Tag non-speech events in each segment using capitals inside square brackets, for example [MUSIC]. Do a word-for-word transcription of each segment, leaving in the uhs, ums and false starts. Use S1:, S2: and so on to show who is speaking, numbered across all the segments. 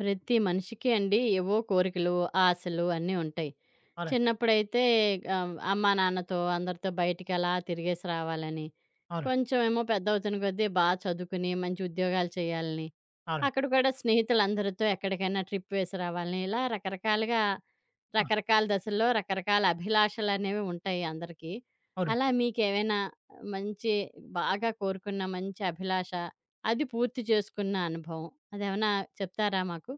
S1: ప్రతి మనిషికి అండి ఏవో కోరికలు, ఆశలు అన్నీ ఉంటాయి.
S2: అవునండి.
S1: చిన్నప్పుడైతే ఆహ్, అమ్మా, నాన్నతో అందరితో బయటికి అలా తిరిగేసి రావాలని,
S2: అవునండి.
S1: కొంచెమేమో పెద్దవుతున్న కొద్దీ బా చదువుకుని మంచి ఉద్యోగాలు చేయాలని,
S2: అవునండి.
S1: అక్కడ కూడా స్నేహితులందరితో ఎక్కడికైనా ట్రిప్ వేసి రావాలని, ఇలా రకరకాలుగా
S2: ఆ!
S1: రకరకాల దశల్లో రకరకాల అభిలాషలనేవి ఉంటాయి అందరికీ.
S2: అవునండి.
S1: అలా మీకేవైనా మంచి బాగా కోరుకున్న మంచి అభిలాష, అది పూర్తి చేసుకున్న అనుభవం అదేమన్నా చెప్తారా మాకు?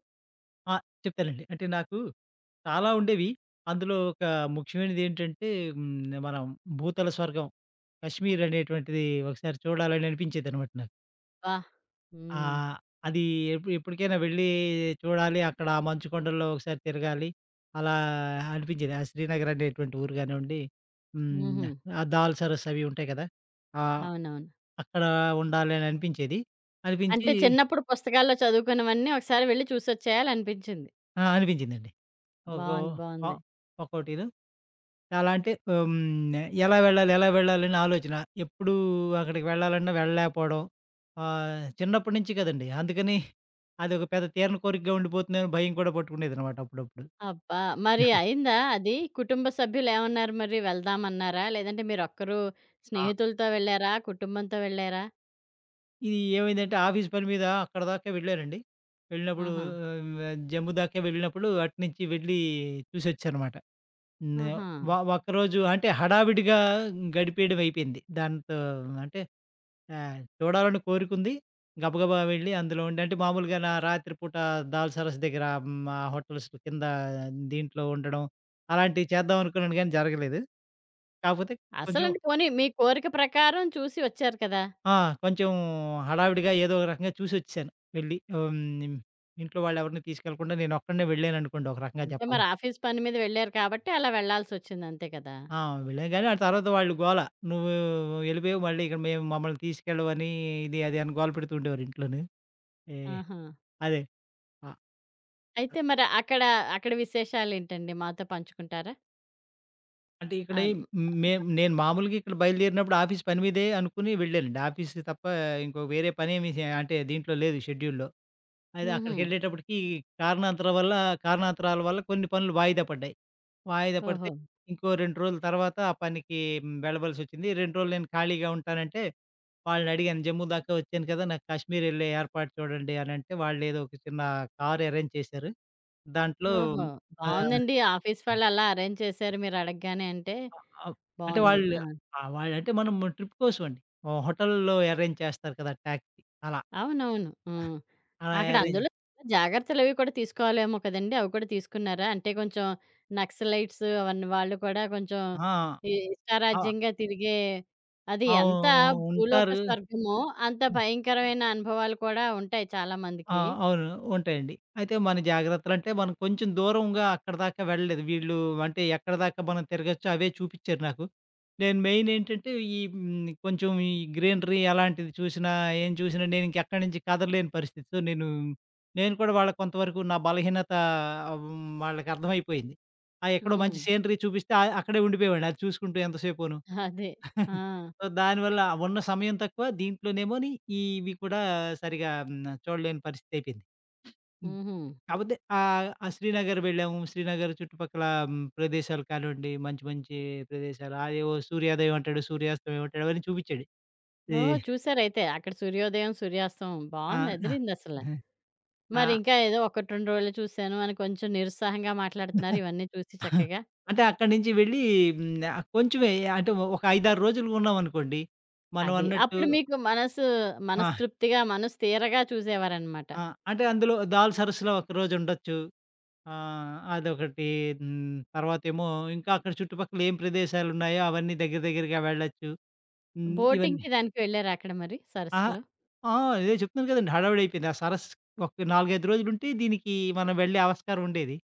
S2: ఆ! చెప్తానండి. అంటే నాకు చాలా ఉండేవి. అందులో ఒక ముఖ్యమైనదేంటంటే హ్మ్. మనం భూతల స్వర్గం 'కశ్మీర్' అనేటువంటిది ఒకసారి చూడాలని అనిపించేదనమాట నాకు.
S1: అబ్బా! హ్మ్.
S2: ఆహ్, అది ఎప్పు ఎప్పటికైనా వెళ్ళి చూడాలి. అక్కడ ఆ మంచు కొండల్లో ఒకసారి తిరగాలి. అలా అనిపించేది. ఆ శ్రీనగర్ అనేటువంటి ఊరు గానివ్వండి, హ్మ్.
S1: హుహు.
S2: ఆ దాల్ సరస్సు అవి ఉంటాయి కదా! ఆహ్,
S1: అవునవును.
S2: అక్కడ ఉండాలని అనిపించేది. అనిపించి
S1: అంటే చిన్నప్పుడు పుస్తకాల్లో చదువుకున్నవన్నీ ఒకసారి వెళ్లి చూసొచ్చేయాలనిపించింది.
S2: ఆ! అనిపించిందండి. ఒక్కో
S1: బావుంది.
S2: ఆ!
S1: బావుంది.
S2: ఒక్కోటీను. చాలా అంటే హ్మ్. ఎలా వెళ్ళాలి? ఎలా వెళ్ళాలని ఆలోచన. ఎప్పుడూ అక్కడికి వెళ్ళాలన్నా వెళ్ళలేకపోవడం. ఆహ్, చిన్నప్పటి నుంచి కదండీ. అందుకని అదొక పెద్ద తీరని కోరికగా ఉండిపోతుందేమో భయం కూడా పట్టుకునేదనమాట అప్పుడప్పుడు.
S1: అబ్బా! మరి అయిందా అది? కుటుంబ సభ్యులేమన్నారు మరి? వెళ్దామన్నారా? లేదంటే మీరొక్కరు
S2: ఆ!
S1: స్నేహితులతో వెళ్లారా? కుటుంబంతో వెళ్లారా?
S2: ఇది ఏమైందంటే ఆఫీస్ పని మీద అక్కడి దాకా వెళ్ళానండి. వెళ్ళినప్పుడు
S1: ఆహా!
S2: ఆహ్, జమ్ము దాకా వెళ్ళినప్పుడు అటునుంచి వెళ్ళి చూసొచ్చానమాట. హ్మ్.
S1: ఆహా!
S2: వ ఒక్కరోజు అంటే హడావిడిగా గడిపేయడం అయిపోయింది. దాంతో అంటే ఆ! చూడాలని కోరికుంది. గబగబా వెళ్ళి అందులో ఉండి అంటే మామూలుగా నా రాత్రి పూట దాల్ సరస్ దగ్గర హ్మ్, ఆ హోటల్స్ కింద దీంట్లో ఉండడం అలాంటివి చేద్దాం అనుకున్నాను గానీ జరగలేదు. కాపోతే కొంచెం
S1: అసలంటే పోనీ మీ కోరిక ప్రకారం చూసి వచ్చారు కదా!
S2: ఆ! కొంచెం హడావిడిగా ఏదో ఒక రకంగా చూసొచ్చేసాను వెళ్ళి. హ్మ్, ఇంట్లో వాళ్ళెవరిని తీసుకెళ్ళకుండా నేనొక్కడినే వెళ్ళాననుకోండి ఒక రకంగా
S1: అంటే మరి
S2: చెప్పాలంటే.
S1: ఆఫీస్ పని మీద వెళ్లారు కాబట్టి అలా వెళ్లాల్సొచ్చింది అంతే కదా!
S2: ఆ! వెళ్ళాను గానీ ఆ తర్వాత వాళ్ళు గోల. "నువ్వు ఎళ్ళిపోయావు మళ్ళీ ఇక్కడ మేము మమ్మల్ని తీసుకెళ్ళవని" ఇది అది అని గోల పెడుతూ ఉండేవారు ఇంట్లోను. ఏ
S1: ఆహా!
S2: అదే.
S1: అయితే మరి అక్కడ అక్కడ విశేషాలేంటండి? మాతో పంచుకుంటారా?
S2: అంటే ఇక్కడ
S1: ఆ!
S2: ఏం మేం నేను మామూలుగా ఇక్కడ బయలుదేరినప్పుడు ఆఫీస్ పని మీదే అనుకుని వెళ్ళానండి. ఆఫీస్ తప్ప ఇంకో వేరే పనేమి చే అంటే దీంట్లో లేదు షెడ్యూల్‌లో. అయితే
S1: హుహు.
S2: అక్కడికెళ్ళేటప్పటికి కారణాంతరం వల్ల కారణాంతరాల వల్ల కొన్ని పనులు వాయిదా పడ్డాయి. వాయిదా పడితే
S1: ఓహో!
S2: ఇంకో రెండు రోజుల తర్వాత ఆ పనికి వెళ్ళవలసొచ్చింది. రెండు రోజులు నేను ఖాళీగా ఉంటానంటే వాళ్ళనడిగాను. జమ్మూ దాకా వచ్చాను కదా! నాకు కాశ్మీర్ ఎళ్ళే ఏర్పాటు చూడండి అనంటే వాళ్ళేదో ఒక చిన్న కార్ అరేంజ్ చేశారు. దాంట్లో
S1: ఓహో!
S2: ఆహ్
S1: బావుందండి. ఆఫీస్ వాళ్ళు అలా అరేంజ్ చేశారు మీరు అడగగానే అంటే
S2: అవ్ అంటే
S1: బావుంది.
S2: వాళ్ళు
S1: ఆ!
S2: ఆహ్, వాళ్ళంటే మనం ట్రిప్ కోసం అండి. ఓహ్! హోటల్‌లో అరేంజ్ చేస్తారు కదా! టాక్సీ అలా.
S1: అవునవును. హ్మ్.
S2: అలా
S1: అక్కడ
S2: అరేంజ్
S1: అందులో జాగ్రత్తలవి కూడా తీసుకోవాలేమో కదండీ! అవి కూడా తీసుకున్నారా? అంటే కొంచెం నక్సలైట్స్ అవన్నీ వాళ్ళు కూడా కొంచెం
S2: ఆ!
S1: ఈ
S2: ఆ!
S1: ఇష్టారాజ్యంగా తిరిగే అది
S2: అవును.
S1: ఎంత భూలోక
S2: ఉంటారు.
S1: స్వర్గమో అంత భయంకరమైన అనుభవాలు కూడా ఉంటాయి చాలా
S2: ఆ!
S1: మందికి.
S2: అవును. ఉంటాయండి. అయితే మన జాగ్రత్తలంటే మనం కొంచెం దూరంగా అక్కడిదాకా వెళ్ళలేదు. వీళ్ళు అంటే ఎక్కడిదాకా మనం తిరగొచ్చో అవే చూపిచ్చారు నాకు. నేను మెయిన్ ఏంటంటే ఈ హ్మ్, కొంచెం ఈ గ్రీనరీ అలాంటిది చూసినా, ఏం చూసినా నేనింకెక్కడి నుంచి కదలలేని పరిస్థితి. సో, నేను నేను కూడా వాళ్ళకి కొంతవరకు నా బలహీనత హ్మ్, వాళ్ళకర్థమైపోయింది. ఆ ఎక్కడో
S1: హ్మ్.
S2: మంచి సీనరీ చూపిస్తే ఆహ్, అక్కడే ఉండిపోయేవాడిని అది చూసుకుంటూ ఎంతసేపును.
S1: అదే. ఆ!
S2: సో, దానివల్ల ఉన్న సమయం తక్కువ. దీంట్లోనేమోని ఇవి కూడా సరిగా హ్మ్. చూడలేని పరిస్థితి అయిపోయింది. హ్మ్.
S1: హుహు.
S2: కాపోతే ఆహ్, ఆ శ్రీనగర్ వెళ్ళాము. శ్రీనగర్ చుట్టుపక్కల హ్మ్. ప్రదేశాలు కానివ్వండి, మంచి మంచి ప్రదేశాలు. అదేవో సూర్యోదయం అంటాడు, సూర్యాస్తమయం అంటాడు అవన్నీ చూపిచ్చాడు. ఈ
S1: ఓహ్! చూసారైతే. అక్కడ సూర్యోదయం, సూర్యాస్తమం
S2: ఆ!
S1: బావుంది.
S2: ఆ!
S1: అదిరిందసల.
S2: ఆ!
S1: మరింకా ఏదో ఒకటి, రెండు రోజులు చూశాను అని కొంచెం నిరుత్సాహంగా మాట్లాడుతున్నారు. ఇవన్నీ చూసి చక్కగా.
S2: అంటే అక్కడి నుంచి వెళ్ళి హ్మ్. ఆహ్, కొంచెమే అంటే ఒక ఐదు, ఆరు రోజులు ఉన్నామనుకోండి. మనం
S1: అది.
S2: అన్నట్టు
S1: అప్పుడు మీకు మనసు
S2: ఆ!
S1: మనస్తృప్తిగా, మనసు తీరగా చూసేవారనమాట.
S2: ఆ! అంటే అందులో దాల్ సరస్సులో ఒకరోజు ఉండొచ్చు. ఆ! అదొకటి. హ్మ్. తర్వాతేమో ఇంకా అక్కడ చుట్టుపక్కల ఏం ప్రదేశాలున్నాయో అవన్నీ దగ్గర దగ్గరగా వెళ్ళొచ్చు. హ్మ్. ఇవన్నీ
S1: బోటింగ్‌కి దానికి వెళ్లారా అక్కడ మరి
S2: అహా!
S1: సరస్సులో?
S2: ఆ! అదే చెప్తున్నాను కదండీ. హడావిడైపోయింది. ఆ సరస్సు ఒక నాలుగు, ఐదు రోజులుంటే దీనికి మనం వెళ్ళే ఆస్కారం ఉండేది.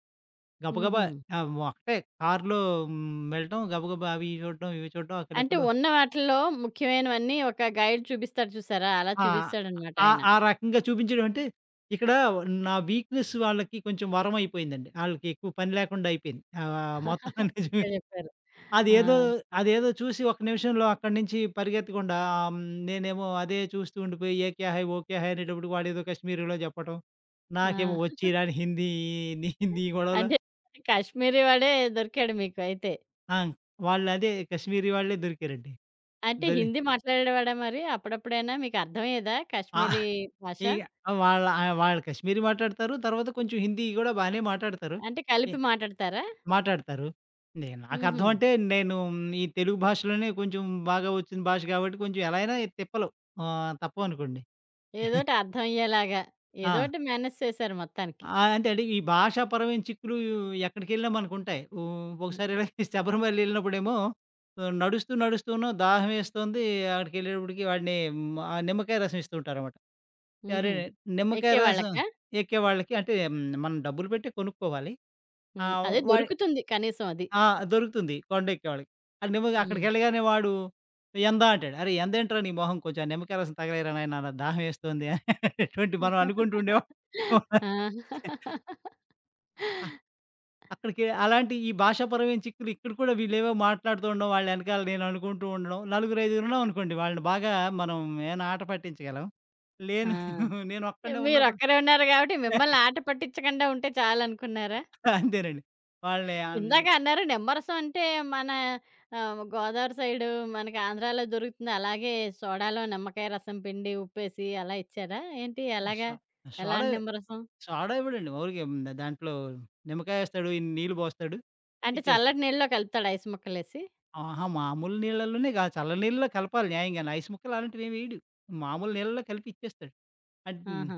S2: గబగబా
S1: హుహు.
S2: ఆహ్, ఒకటే కారులో హ్మ్. వెళ్ళటం గబగబా అవి ఇవి చూడటం, ఇవి చూడటం
S1: అంటే
S2: అక్కడెక్కడో
S1: ఉన్న వాటిల్లో ముఖ్యమైనవన్నీ ఒక గైడ్ చూపిస్తాడు చూసారా? అలా
S2: ఆ!
S1: చూపిస్తాడనమాట
S2: ఆ
S1: ఆయన.
S2: ఆ రకంగా చూపించడం అంటే ఇక్కడ నా వీక్‌నెస్ వాళ్ళకి కొంచెం వరం అయిపోయిందండి. ఆళ్ళకి ఎక్కువ పని లేకుండా అయిపోయింది. ఆహ్, మొత్తం
S1: బాగా
S2: [LAUGHS] అనేది
S1: చెప్పారు. ఆ!
S2: అదేదో అదేదో చూసి ఒక్క నిమిషంలో అక్కడి నుంచి పరిగెత్తకుండా ఆహ్, హ్మ్, నేనేమో అదే చూస్తూ ఉండిపోయి "ఏ క్యా హై! వో క్యా హై!" అనేటప్పటికి వాడేదో కశ్మీరీలో చెప్పటం. నాకేమో
S1: ఆ!
S2: వచ్చి రాని హిందీ నీ నీ గొడవలు.
S1: అంటే కాశ్మీరీ వాడే దొరికాడు మీకు అయితే.
S2: ఆ! వాళ్ళదే కశ్మీరీ వాళ్ళే దొరికారండి.
S1: అంటే
S2: దొరి
S1: హిందీ మాట్లాడేవాడా మరి? అప్పుడప్పుడైనా మీకర్థమయ్యేదా
S2: ఆ!
S1: కాశ్మీరీ భాష?
S2: ఇగ వాళ్ళ ఆహ్, వాళ్ళు కశ్మీరీ మాట్లాడతారు. తర్వాత కొంచెం హిందీ గూడా బానే మాట్లాడతారు.
S1: అంటే
S2: ఎ
S1: కలిపి మాటాడతారా?
S2: మాట్లాడతారు. నే
S1: హుహు.
S2: నాకర్థం అంటే నేను ఈ తెలుగు భాషలోనే కొంచెం బాగా వచ్చిన భాష కాబట్టి కొంచెం ఎలా అయినా తిప్పలు ఆహ్, తప్పవనుకోండి. [LAUGHS]
S1: ఏదోటి అర్థమయ్యేలాగా.
S2: ఆ!
S1: ఏదోటి మేనేజ్ చేశారు మొత్తానికి.
S2: ఆ! అంతే అండి. ఈ భాషాపరమైన చిక్కులు ఎక్కడికెళ్ళినా మనకుంటాయి. ఓ
S1: హ్మ్.
S2: ఒకసారి ఇలాగే [LAUGHS] శబరిమల ఎళ్ళినప్పుడేమో ఆహ్, నడుస్తూ నడుస్తూనో దాహమేస్తోంది. అక్కడికెళ్ళేటప్పటికి వాడిని హ్మ్, ఆ నిమ్మకాయ రసం ఇస్తూ ఉంటారనమాట.
S1: హుహు.
S2: అరే! నిమ్మకాయ రసం
S1: ఎక్కేవాళ్ళకా?
S2: ఎక్కేవాళ్ళకి అంటే హ్మ్, మనం డబ్బులు పెట్టి కొనుక్కోవాలి.
S1: హ్మ్.
S2: ఆహ్,
S1: అదే
S2: వాడి
S1: దొరుకుతుంది కనీసం అది.
S2: ఆ! దొరుకుతుంది కొండెక్కేవాళ్ళకి. ఆ నిమ్మగా
S1: హ్మ్.
S2: అక్కడికెళ్ళగానే వాడు ఎందా అంటాడు. అరే! ఎంద ఏంట్రా నీ మొహం కొంచెం ఆ నిమ్మకాయ రసం తగలేయరా నాయనా నాకు దాహమేస్తోంది అనేటువంటి మనం అనుకుంటూ ఉండేవాళ్ళం.
S1: ఆ!
S2: అక్కడికి అలాంటి ఈ భాషాపరమైన చిక్కులు ఇక్కడ కూడా వీళ్ళేవో మాట్లాడుతూ ఉండడం, వాళ్ళ ఎనకాల నేను అనుకుంటూ ఉండడం. నలుగురు, ఐదుగురు ఉన్నామనుకోండి వాళ్ళని బాగా మనం ఏమైనా ఆట పట్టించగలం. లేను
S1: ఆ!
S2: నేను ఒక్కడినే ఉన్నప్పుడు
S1: మీరొక్కరే ఉన్నారు గాబట్టి మిమ్మల్ని
S2: [LAUGHS]
S1: ఆట పట్టిచ్చకుండా ఉంటే చాలనుకున్నారా?
S2: అంతేనండి. వాళ్ళని ఆహ్,
S1: ఇందాక అన్నారు నిమ్మరసం అంటే మన ఆహ్, గోదావరి సైడు మనకి ఆంధ్రాలో దొరుకుతుంది. అలాగే సోడాలో నిమ్మకాయ రసం పిండి ఉప్పేసి అలా ఇచ్చారా? ఏంటి ఎలాగా?
S2: సో సోడా
S1: ఎలాంటి నిమ్మరసం?
S2: సోడా ఇవ్వడండి. ఊరికే దాంట్లో నిమ్మకాయేస్తాడు, ఇన్ని నీళ్ళు పోస్తాడు,
S1: అంటే
S2: ఇచ్చేస్తాడు.
S1: చల్లటి నీళ్ళలో కలుపుతాడా ఐస్ ముక్కలేసి?
S2: ఆహా! మామూలు నీళ్ళలోనే గా చల్ల నీళ్ళలో కలపాలి న్యాయంగానే. ఐస్ ముక్కలు అలాంటివేమి ఎయడు. మామూలు నీళ్ళలో కలిపి ఇచ్చేస్తాడు. అన్ హ్మ్.
S1: ఆహా!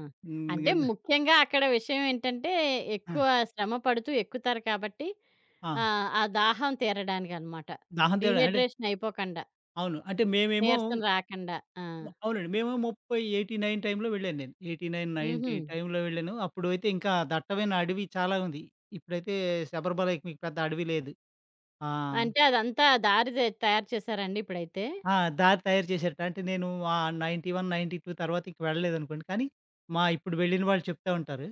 S2: ఇంగ
S1: అంటే ముఖ్యంగా అక్కడ విషయం ఏంటంటే
S2: ఆ!
S1: ఎక్కువ శ్రమ పడుతూ ఎక్కుతారు కాబట్టి
S2: ఆ!
S1: ఆహ్, ఆ దాహం తీరడానికనమాట.
S2: దాహం తీర అంటే
S1: డీహైడ్రేషన్ అయిపోకండా,
S2: అవును. అంటే మేమేమో
S1: నీరసం రాకండా. ఆ!
S2: అవునండి. మేము ముప్పై ఎనభై తొమ్మిది టైమ్‌లో వెళ్ళాను నేను. ఎనభై తొమ్మిది,
S1: హుహు.
S2: తొంభై టైమ్‌లో వెళ్ళాను. అప్పుడైతే ఇంకా దట్టమైన అడవి చాలా ఉంది. ఇప్పుడైతే శబరిమలైకి మీకు పెద్ద అడవి లేదు. ఆ!
S1: అంటే అదంతా దారి దే తయారు చేశారండి ఇప్పుడైతే?
S2: ఆ! దారి తయారు చేశారట. అంటే నేను ఆహ్, తొంభై ఒకటి, తొంభై రెండు తర్వాత ఇంక వెళ్ళలేదనుకోండి. కానీ మా ఇప్పుడు వెళ్ళిన వాళ్ళు చెప్తా ఉంటారు.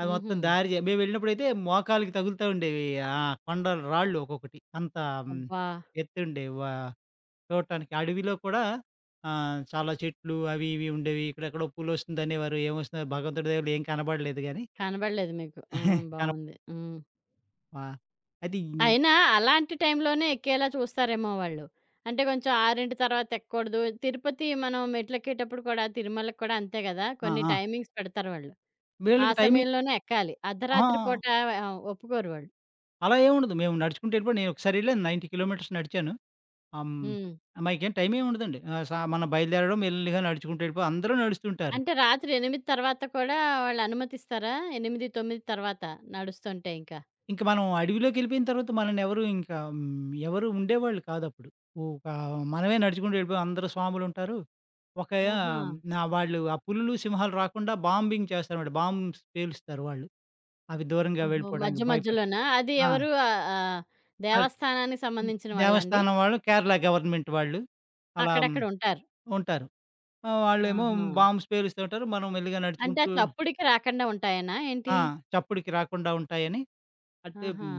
S2: అది
S1: హుహు.
S2: మొత్తం దారి జే మేము వెళ్ళినప్పుడైతే మోకాళ్ళకి తగులుతా ఉండేవి. ఆ కొండలు రాళ్ళు ఒక్కొక్కటి. అంత హ్మ్,
S1: అబ్బా!
S2: ఎత్తుండేవి. వా చూడటానికి. అడవిలో కూడా ఆహ్, చాలా చెట్లు అవి ఇవి ఉండేవి. ఇక్కడెక్కడో పూలొస్తుంది అనేవారు. ఏమొస్తుందో భగవంతుడి దయవల్ల ఏం కనబడలేదు గానీ
S1: కనబడలేదు మీకు. ఆ!
S2: [LAUGHS] కన
S1: బావుంది. హ్మ్.
S2: ఆ! అది
S1: అయినా అలాంటి టైంలోనే ఎక్కేలా చూస్తారేమో వాళ్ళు. అంటే కొంచెం ఆరు తర్వాత ఎక్కకూడదు. తిరుపతి మనం మెట్లెక్కేటప్పుడు కూడా తిరుమలకి కూడా అంతే గదా!
S2: ఆ!
S1: కొన్ని
S2: ఆ!
S1: టైమింగ్స్ పెడతారు వాళ్ళు. ఆ
S2: వీళ్ళకి టైమింగ్
S1: సమయంలోనే ఎక్కాలి.
S2: అహా!
S1: అర్ధరాత్రి పూట ఆహ్, ఒప్పుకోరు వాళ్ళు.
S2: అలా ఏమి ఉండదు. మేము నడుచుకుంటూ వెళ్ళిపోయి నేనొకసారి వెళ్ళాను తొంభై కిలోమీటర్స్ నడిచాను. ఆహ్, హ్మ్.
S1: హ్మ్.
S2: మాకేం టైమేం ఉండదండి. ఆహ్, సా మనం బయలుదేరడం మెల్లిగా నడుచుకుంటూ వెళ్ళిపోయి అందరూ నడుస్తుంటారు.
S1: అంటే రాత్రి ఎనిమిది తర్వాత కూడా వాళ్ళు అనుమతిస్తారా? ఎనిమిది, తొమ్మిది తర్వాత నడుస్తుంటే ఇంకా?
S2: ఇంక మనం అడవిలోకెళ్ళిపోయిన తర్వాత మననెవరు ఇంకా హ్మ్, ఎవరు ఉండేవాళ్ళు కాదప్పుడు. ఒక మనమే నడుచుకుంటూ వెళ్ళిపోయాం. అందరూ స్వాములుంటారు. ఒక ఆ,
S1: ఆహా!
S2: నా వాళ్ళు ఆ పులులు, సింహాలు రాకుండా బాంబింగ్ చేస్తారన్నమాట. బాంబ్స్ పేలుస్తారు వాళ్ళు. అవి దూరంగా
S1: ఓహో! మధ్య
S2: వెళ్ళిపోవడానికి భయపడి.
S1: మధ్యలోనా? అది
S2: ఆ!
S1: ఎవరు ఆహ్, ఆహ్,
S2: అది
S1: దేవస్థానానికి
S2: హ్మ్.
S1: సంబంధించిన వాళ్ళండి?
S2: దేవస్థానం వాళ్ళు, కేరళ గవర్నమెంట్ వాళ్ళు అలా మ్,
S1: అక్కడక్కడ ఉంటారు.
S2: ఉంటారు. ఆహ్, వాళ్ళేమో
S1: ఆహా!
S2: బాంబ్స్ పేలుస్తూ ఉంటారు. మనం మెల్లిగా
S1: అంటే ఆ
S2: నడుచుకుంటూ
S1: చప్పుడుకి రాకుండా ఉంటాయేనా ఏంటి?
S2: ఆ! చప్పుడుకి రాకుండా ఉంటాయని అంటే
S1: ఆహా!
S2: హ్మ్.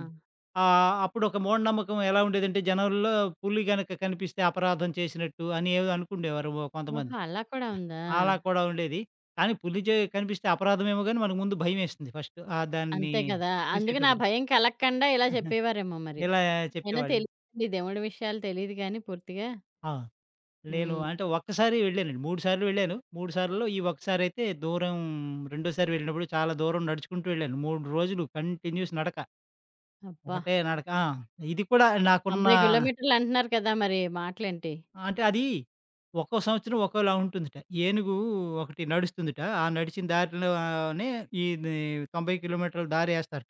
S2: ఆహ్, అప్పుడొక మూఢనమ్మకం ఎలా ఉండేదంటే జనంలో పులి గనక కనిపిస్తే అపరాధం చేసినట్టు అని ఏదో అనుకుండేవారు ఓ కొంతమంది.
S1: ఓహో! అలా కూడా ఉందా?
S2: అలా కూడా ఉండేది. కానీ పులి చే కనిపిస్తే అపరాధమేమో గాని మనకు ముందు భయమేస్తుంది ఫస్ట్. ఆహ్, దాన్ని
S1: అంతే కదా! అందుకే నా
S2: చూసేటప్పుడు.
S1: భయం కలగకుండా ఇలా
S2: [LAUGHS]
S1: చెప్పేవారేమో మరి.
S2: ఇలా
S1: అయినా
S2: చెప్పేవాళ్ళు.
S1: తెలియదండి దేవుడి విషయాలు తెలీదు గానీ పూర్తిగా.
S2: ఆ! నేను
S1: హ్మ్.
S2: అంటే ఒక్కసారి వెళ్ళానండి. మూడు సార్లు వెళ్ళాను. మూడు సార్లులో ఈ ఒక్కసారయితే దూరం రెండోసారి వెళ్ళినప్పుడు చాలా దూరం నడుచుకుంటూ వెళ్ళాను. మూడు రోజులు కంటిన్యూస్ నడక.
S1: అబ్బా!
S2: ఒకటే నడక. ఆ! ఇది కూడా నాకున్న
S1: తొంభై కిలోమీటర్లు అంటున్నారు కదా! మరి మాటలేంటి?
S2: అంటే అది ఒక్కో సంవత్సరం ఒక్కోలా ఉంటుందట. ఏనుగు ఒకటి నడుస్తుందట. ఆ నడిచిన దారిలోనే ఇది తొంభై కిలోమీటర్ల దారేస్తారట.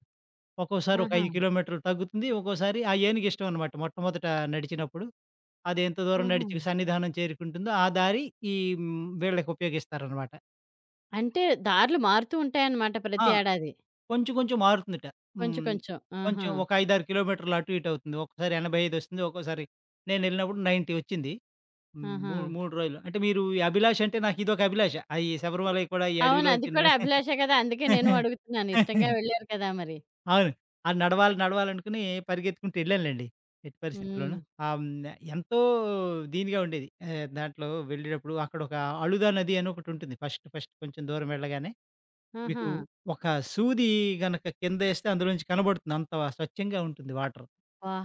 S2: ఒక్కోసారి ఒక
S1: ఆహా!
S2: ఐదు కిలోమీటర్లు తగ్గుతుంది. ఒక్కోసారి ఆ ఏనుగు ఇష్టం అనమాట. మొట్టమొదట నడిచినప్పుడు. అది ఎంత దూరం
S1: ఆహా!
S2: నడిచి సన్నిధానం చేరుకుంటుందో ఆ దారి ఈ హ్మ్, వీళ్ళకి ఉపయోగిస్తారనమాట.
S1: అంటే దారులు మారుతూ ఉంటాయన్నమాట
S2: ఆ!
S1: ప్రతి ఏడాది.
S2: కొంచెం కొంచెం మారుతుందట.
S1: కొంచెం
S2: హ్మ్.
S1: కొంచెం. ఆహా!
S2: కొంచెం ఒక ఐదు, ఆరు కిలోమీటర్లు అటు ఇటు అవుతుంది. ఒక్కసారి ఎనభై ఐదు వస్తుంది. ఒక్కోసారి నేనెళ్ళినప్పుడు తొంభై వచ్చింది. హ్మ్.
S1: ఆహా!
S2: మూ మూడు రోజులు. అంటే మీరు ఈ అభిలాష అంటే నాకిదొక అభిలాష. అయి శబరిమలై కూడా ఈ
S1: అవును. అది
S2: అడవిలోంచి న
S1: కూడా అభిలాషే కదా! అందుకే నేను అడుగుతున్నాను. ఇష్టంగా
S2: [LAUGHS]
S1: వెళ్లారు కదా మరి.
S2: అవును. ఆ నడవాలి నడవాలనుకుని పరిగెత్తుకుంటూ వెళ్ళానులెండి. ఎట్టి
S1: హ్మ్.
S2: పరిస్థితిలోను. ఆహ్, హ్మ్. ఎంతో దీనిగా ఉండేది. ఆహ్, దాంట్లో వెళ్ళేటప్పుడు అక్కడొక అళుదా నది అని ఒకటుంటుంది. ఫస్ట్ ఫస్ట్ కొంచెం దూరం వెళ్ళగానే
S1: ఆహా!
S2: మీకు ఒక సూది గనక కిందేస్తే అందులోంచి కనబడుతుంది. అంత స్వచ్ఛంగా ఉంటుంది వాటర్.
S1: అబ్బా!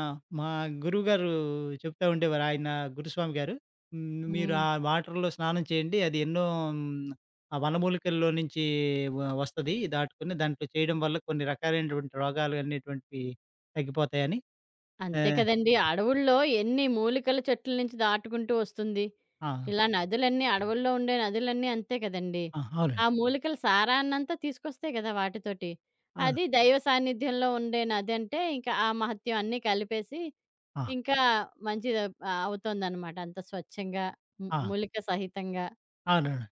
S2: ఆ! మా గురువుగారు చెప్తా ఉండేవారు. ఆయన గురుస్వామి గారు. హ్మ్. మీరు
S1: హ్మ్.
S2: ఆ వాటర్‌లో స్నానం చేయండి. అది ఎన్నో హ్మ్. ఆ వనమూలికల్లో నుంచి వ వస్తది. దాటుకొని దాంట్లో చేయడం వల్ల కొన్ని రకాలైనటువంటి రోగాలు అనేటువంటివి తగ్గిపోతాయని.
S1: అంతే
S2: ఆహ్,
S1: కదండీ. అడవుల్లో ఎన్ని మూలికల చెట్ల నుంచి దాటుకుంటూ వస్తుంది.
S2: ఆ!
S1: ఇలా నదులన్నీ అడవుల్లో ఉండే నదులన్నీ అంతే కదండీ.
S2: ఆ!
S1: ఆ
S2: అవునండి.
S1: మూలికల సారాన్నంతా తీసుకొస్తాయి కదా! వాటితోటి.
S2: ఆ!
S1: అది దైవ సాన్నిధ్యంలో ఉండే నదంటే ఇంకా ఆ మహత్యం అన్నీ కలిపేసి
S2: ఆ!
S1: ఇంకా మంచిది ఆహ్, అవుతోందనమాట. అంత స్వచ్ఛంగా ము
S2: ఆ!
S1: మూలిక సహితంగా
S2: అవునవును.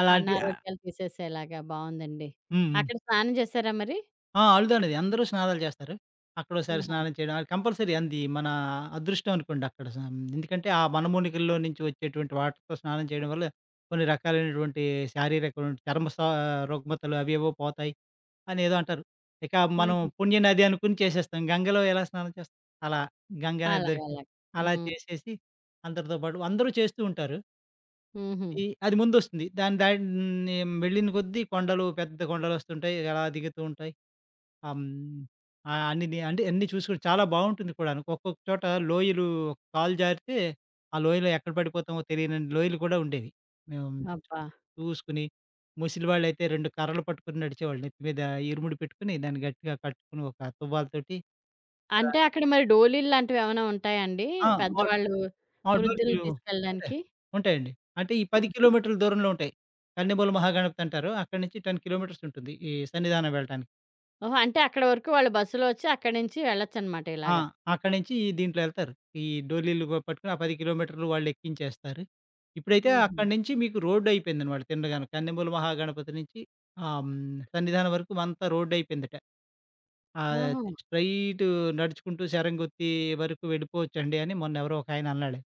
S2: అలాంటి ఆహ్,
S1: అనారోగ్యాలు తీసేసేలాగా. బావుందండి.
S2: హ్మ్.
S1: అక్కడ స్నానం చేసారా మరి?
S2: ఆ! అలుదనేది అందరూ స్నానాలు చేస్తారు. అక్కడోసారి
S1: ఆహా!
S2: స్నానం చేయడం అది కంపల్సరీ అంది మన అదృష్టం అనుకోండి అక్కడ స ఎందుకంటే ఆ మనుమూనికల్లో నుంచి వచ్చేటువంటి వాటర్‌తో స్నానం చేయడం వల్ల కొన్ని రకాలైనటువంటి శారీరకమైన చర్మ స రుగ్మతలు అవేవో పోతాయి అనేదో అంటారు. ఇక మనం
S1: హుహు.
S2: పుణ్యనది అనుకుని చేసేస్తాం. గంగలో ఎలా స్నానం చేస్తాం? అలా గంగా నది దొరికింది.
S1: అలాగలాగ.
S2: అలా
S1: హ్మ్.
S2: చేసేసి అందరితో పాటు అందరూ చేస్తూ ఉంటారు.
S1: హుహు.
S2: ఈ అది ముందొస్తుంది. దాని దాన్ని వెళ్ళిన కొద్దీ కొండలు పెద్ద కొండలొస్తుంటాయి. అలా దిగుతూ ఉంటాయి. ఆ! హ్మ్. ఆ! అన్నిది అంటే అన్నీ చూసుకొని చాలా బావుంటుంది కూడాను. ఒక్కొక్క చోట లోయలు కాలు జారితే, ఆ లోయలో ఎక్కడ పడిపోతామో తెలియనన్ని లోయలు కూడా ఉండేవి. మేము
S1: అబ్బా!
S2: చూసుకొని, ముసలివాళ్ళైతే రెండు కర్రలు పట్టుకొని నడిచేవాళ్ళు. నెత్తి మీద ఇరుముడి పెట్టుకొని దాన్ని గట్టిగా కట్టుకొని ఒక తువ్వాలుతోటి ఆ!
S1: అంటే అక్కడ మరి డోలీలు లాంటివేమైనా ఉంటాయండి?
S2: ఆ! ఆడ్
S1: పెద్దవాళ్ళు
S2: ఆ
S1: వృద్ధుల్ని
S2: డోలీలు ఉంటాయి.
S1: తీసుకెళ్ళడానికి?
S2: ఉంటాయండి. అంటే ఈ పది
S1: ఆహా!
S2: కిలోమీటర్ల దూరంలో ఉంటాయి. కన్నెమూల మహాగణపతి అంటారు. అక్కడి నుంచి పది కిలోమీటర్స్ ఉంటుంది. ఈ సన్నిధానం వెళ్ళటానికి.
S1: ఓహో! అంటే అక్కడ వరకు వాళ్ళు బస్సులో వచ్చి అక్కడి నుంచి వెళ్ళొచ్చనమాట
S2: ఆ!
S1: ఇలాగా.
S2: అక్కడి నుంచి దీంట్లో ఎళ్తారు. ఈ డోలీలు గ పట్టుకొని ఆ పది కిలోమీటర్లు వాళ్ళెక్కించేస్తారు. ఇప్పుడైతే
S1: హుహు.
S2: అక్కడి నుంచి మీకు రోడ్డయిపోయిందనమాట తిండగాను. కందమూల మహాగణపతి నుంచి ఆహ్, హ్మ్, సన్నిధానం వరకు అంతా రోడ్డయిపోయిందట. ఆహ్,
S1: ఓహో!
S2: స్ట్రెయిటు నడుచుకుంటూ శరంగొత్తి వరకు వెళ్ళిపోవచ్చండి అని మొన్నెవరో ఒకాయన అన్నాడు.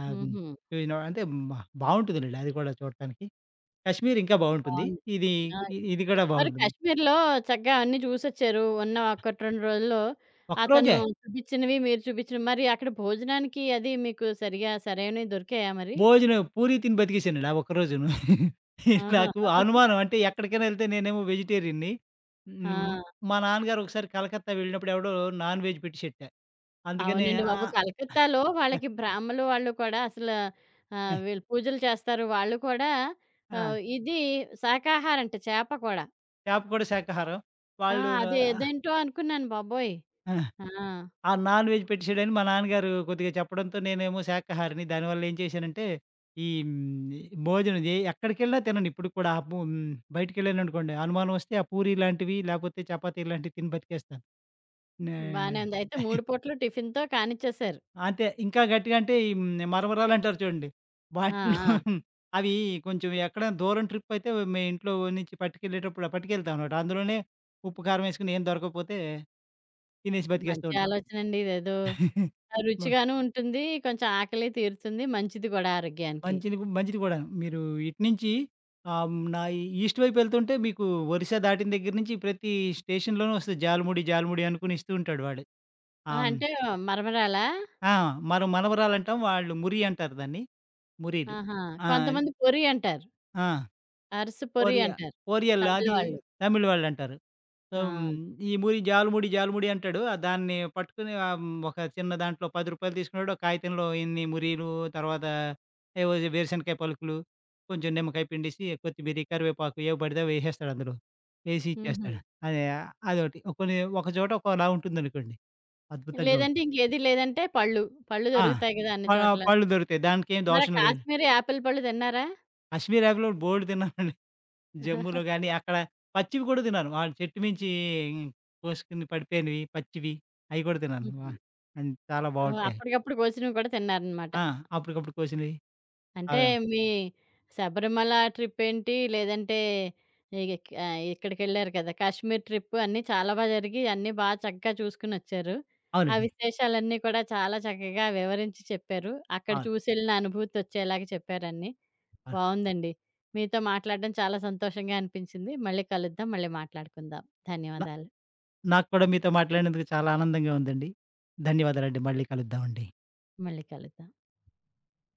S2: ఆహ్, హ్మ్,
S1: హుహు.
S2: యు నో అంటే మ బావుంటుందిలెండి అది కూడా చూడటానికి. కశ్మీర్ ఇంకా బావుంటుంది.
S1: బావుంది.
S2: ఇది
S1: ఆ! హ్మ్.
S2: ఇ ఇది కూడా
S1: మరి
S2: బావుంటుంది.
S1: కాశ్మీర్‌లో చక్కగా అన్నీ చూసొచ్చారు. ఉన్న ఒకటి, రెండు రోజుల్లో అతను
S2: ఒక్కరోజే.
S1: చూపిచ్చినవి, మీరు చూపిచ్చినవి. మరి అక్కడ భోజనానికి అది మీకు సరిగా సరైనవి దొరికాయా మరి?
S2: భోజనం పూరి తిని బతికేసానండి ఆ ఒక్కరోజును.
S1: ఆహా!
S2: నాకు అనుమానం అంటే ఎక్కడికైనా ఎళ్తే నేనేమో వెజిటేరియన్‌ని. హ్మ్.
S1: ఆ!
S2: మా నాన్నగారు ఒకసారి కలకత్తా వెళ్ళినప్పుడు ఎవడో నాన్ వెజ్ పెట్టేసెట్ట. అందుకనే
S1: అవునండి బాబు.
S2: ఆహ్,
S1: కలకత్తాలో వాళ్ళకి బ్రాహ్మలు వాళ్ళు కూడా అసల ఆహ్, వీళ్ళు పూజలు చేస్తారు. వాళ్ళు కూడా
S2: ఆ!
S1: ఆహ్, ఇది శాకాహారంట చేప కూడా.
S2: చేప కూడ శాకాహారం.
S1: ఆ!
S2: వాళ్ళు
S1: అది ఏదేంటో అనుకున్నాను బాబోయ్!
S2: ఆహ్,
S1: ఆ!
S2: ఆ నాన్ వెజ్ పెట్టేసాడని మా నాన్నగారు కొద్దిగా చెప్పడంతో నేనేమో శాకాహారిని. దానివల్ల ఏం చేశానంటే, ఈ హ్మ్, భోజనం ఏ ఎక్కడికెళ్ళినా తినను ఇప్పటికి కూడా. ఆహ్, బు బయటికెళ్ళాననుకోండి అనుమానం వస్తే ఆ పూరి లాంటివి లేకపోతే చపాతీ ఇలాంటివి తిని బతికేస్తాను. నే
S1: బానే ఉంది. అయితే మూడు పూటలు టిఫిన్‌తో కానిచ్చేశారు.
S2: అంటే ఇంకా గట్టిగా అంటే ఈ మరమరాలు అంటారు చూడండి.
S1: ఆ!
S2: వాటిలో
S1: ఆ!
S2: [LAUGHS] అవి కొంచెం ఎక్కడైనా దూరం ట్రిప్ అయితే మే ఇంట్లో నుంచి పట్టుకెళ్ళేటప్పుడు పట్టుకెళ్తాం అన్నమాట. అందులోనే ఉప్పు, కారం వేసుకొని ఏం దొరకకపోతే తినేసి బతికేస్తూ
S1: మంచి
S2: ఉంటాం.
S1: ఆలోచనండి ఇదేదో.
S2: [LAUGHS]
S1: ఆ!
S2: మ
S1: రుచిగాను ఉంటుంది. కొంచెం ఆకలి తీరుతుంది. మంచిది గూడా ఆరోగ్యానికి.
S2: మంచిది కూ- మంచిది కూడాను. మీరు ఇటునుంచి ఆహ్, హ్మ్, నా ఈస్ట్ వైపు వెళ్తుంటే మీకు ఒరిస్సా దాటిన దగ్గర నుంచి ప్రతి స్టేషన్‌లోనూ వస్తది. జాలముడి, జాలముడి అనుకుని ఇస్తూ ఉంటాడు వాడు.
S1: ఆ!
S2: ఆహ్, హ్మ్,
S1: అంటే మరమరాలా?
S2: ఆ! మనం మనవరాలంటాం. వాళ్ళు మురి అంటారు దాన్ని. మురీలు.
S1: ఆహా!
S2: ఆ!
S1: కొంతమంది పొరి అంటారు.
S2: ఆ!
S1: అరిసె పొరి
S2: ఓరియా
S1: అంటారు.
S2: ఓరియల్
S1: తమిళ్
S2: అది
S1: వాళ్ళు.
S2: తమిళ్ వాళ్ళంటారు. సో, హ్మ్,
S1: ఆ!
S2: ఈ మురి జాలుముడి, జాలుముడి అంటాడు. ఆహ్, దాన్ని పట్టుకొని ఆహ్, హ్మ్, ఒక చిన్న దాంట్లో రూ. పది రూపాయలు తీసుకున్నాడు. ఒక కాగితంలో ఇన్ని మురీలు, తర్వాత ఏవో వేరుశనకాయ పలుకులు, కొంచెం నిమ్మకాయ పిండేసి, కొత్తిమీరి, కరివేపాకు ఏవి పడితే అవి ఏసేస్తాడు అందులో. ఏసి
S1: హుహు.
S2: ఇచ్చేస్తాడు. అదే అదొకటి. ఒక- కొన్ని ఒక చోట ఒకలా ఉంటుందనుకోండి. అద్భుతంగా
S1: లేదంటే
S2: ఉంటుంది.
S1: ఇంకేది లేదంటే పళ్ళు. పళ్ళు
S2: ఆ!
S1: దొరుకుతాయి గదా
S2: ప
S1: అన్ని చోట్ల.
S2: పళ్ళు దొరుకుతాయి. దానికేం
S1: మరి
S2: దోషం లేదు.
S1: కాశ్మీరీ యాపిల్ పళ్ళు తిన్నారా?
S2: కాశ్మీర్ ఆపిల్ బోలెడు తిన్నానండి. జమ్ములో గాని, అక్కడ పచ్చివి కూడా తిన్నాను. ఆ చెట్టు మించి కోసుకొని పడిపోయినవి పచ్చివి అయి కూడా తిన్నాను. వ
S1: హుహు.
S2: అండ్ చాలా
S1: ఓహ్!
S2: బావుంటాయి.
S1: అప్పటికప్పుడు కోసినవి కూడా తిన్నారనమాట.
S2: ఆ! అప్పటికప్పుడు కోసినవి. ఆ!
S1: అంటే మీ శబరిమల ట్రిప్ ఏంటి లేదంటే ఇగ క్ ఆహ్, ఇక్కడికెళ్లారు కదా! కాశ్మీర్ ట్రిప్ అన్నీ చాలా బా జరిగి అన్నీ బా చక్కగా చూసుకొనొచ్చారు. ఆ
S2: అవునండి.
S1: విశేషాలన్నీ కూడా చాలా చక్కగా వివరించి చెప్పారు. అక్కడ
S2: అవును.
S1: చూసెళ్ళిన అనుభూతొచ్చేలాగా చెప్పారన్నీ.
S2: అవును.
S1: బావుందండి. మీతో మాట్లాడడం చాలా సంతోషంగా అనిపించింది. మళ్ళీ కలుద్దాం. మళ్ళీ మాట్లాడుకుందాం.
S2: నా
S1: ధన్యవాదాలు.
S2: నాకు కూడా మీతో మాట్లాడినందుకు చాలా ఆనందంగా ఉందండి. ధన్యవాదాలండి. మళ్ళీ కలుద్దామండి.
S1: మళ్ళీ కలుద్దాం.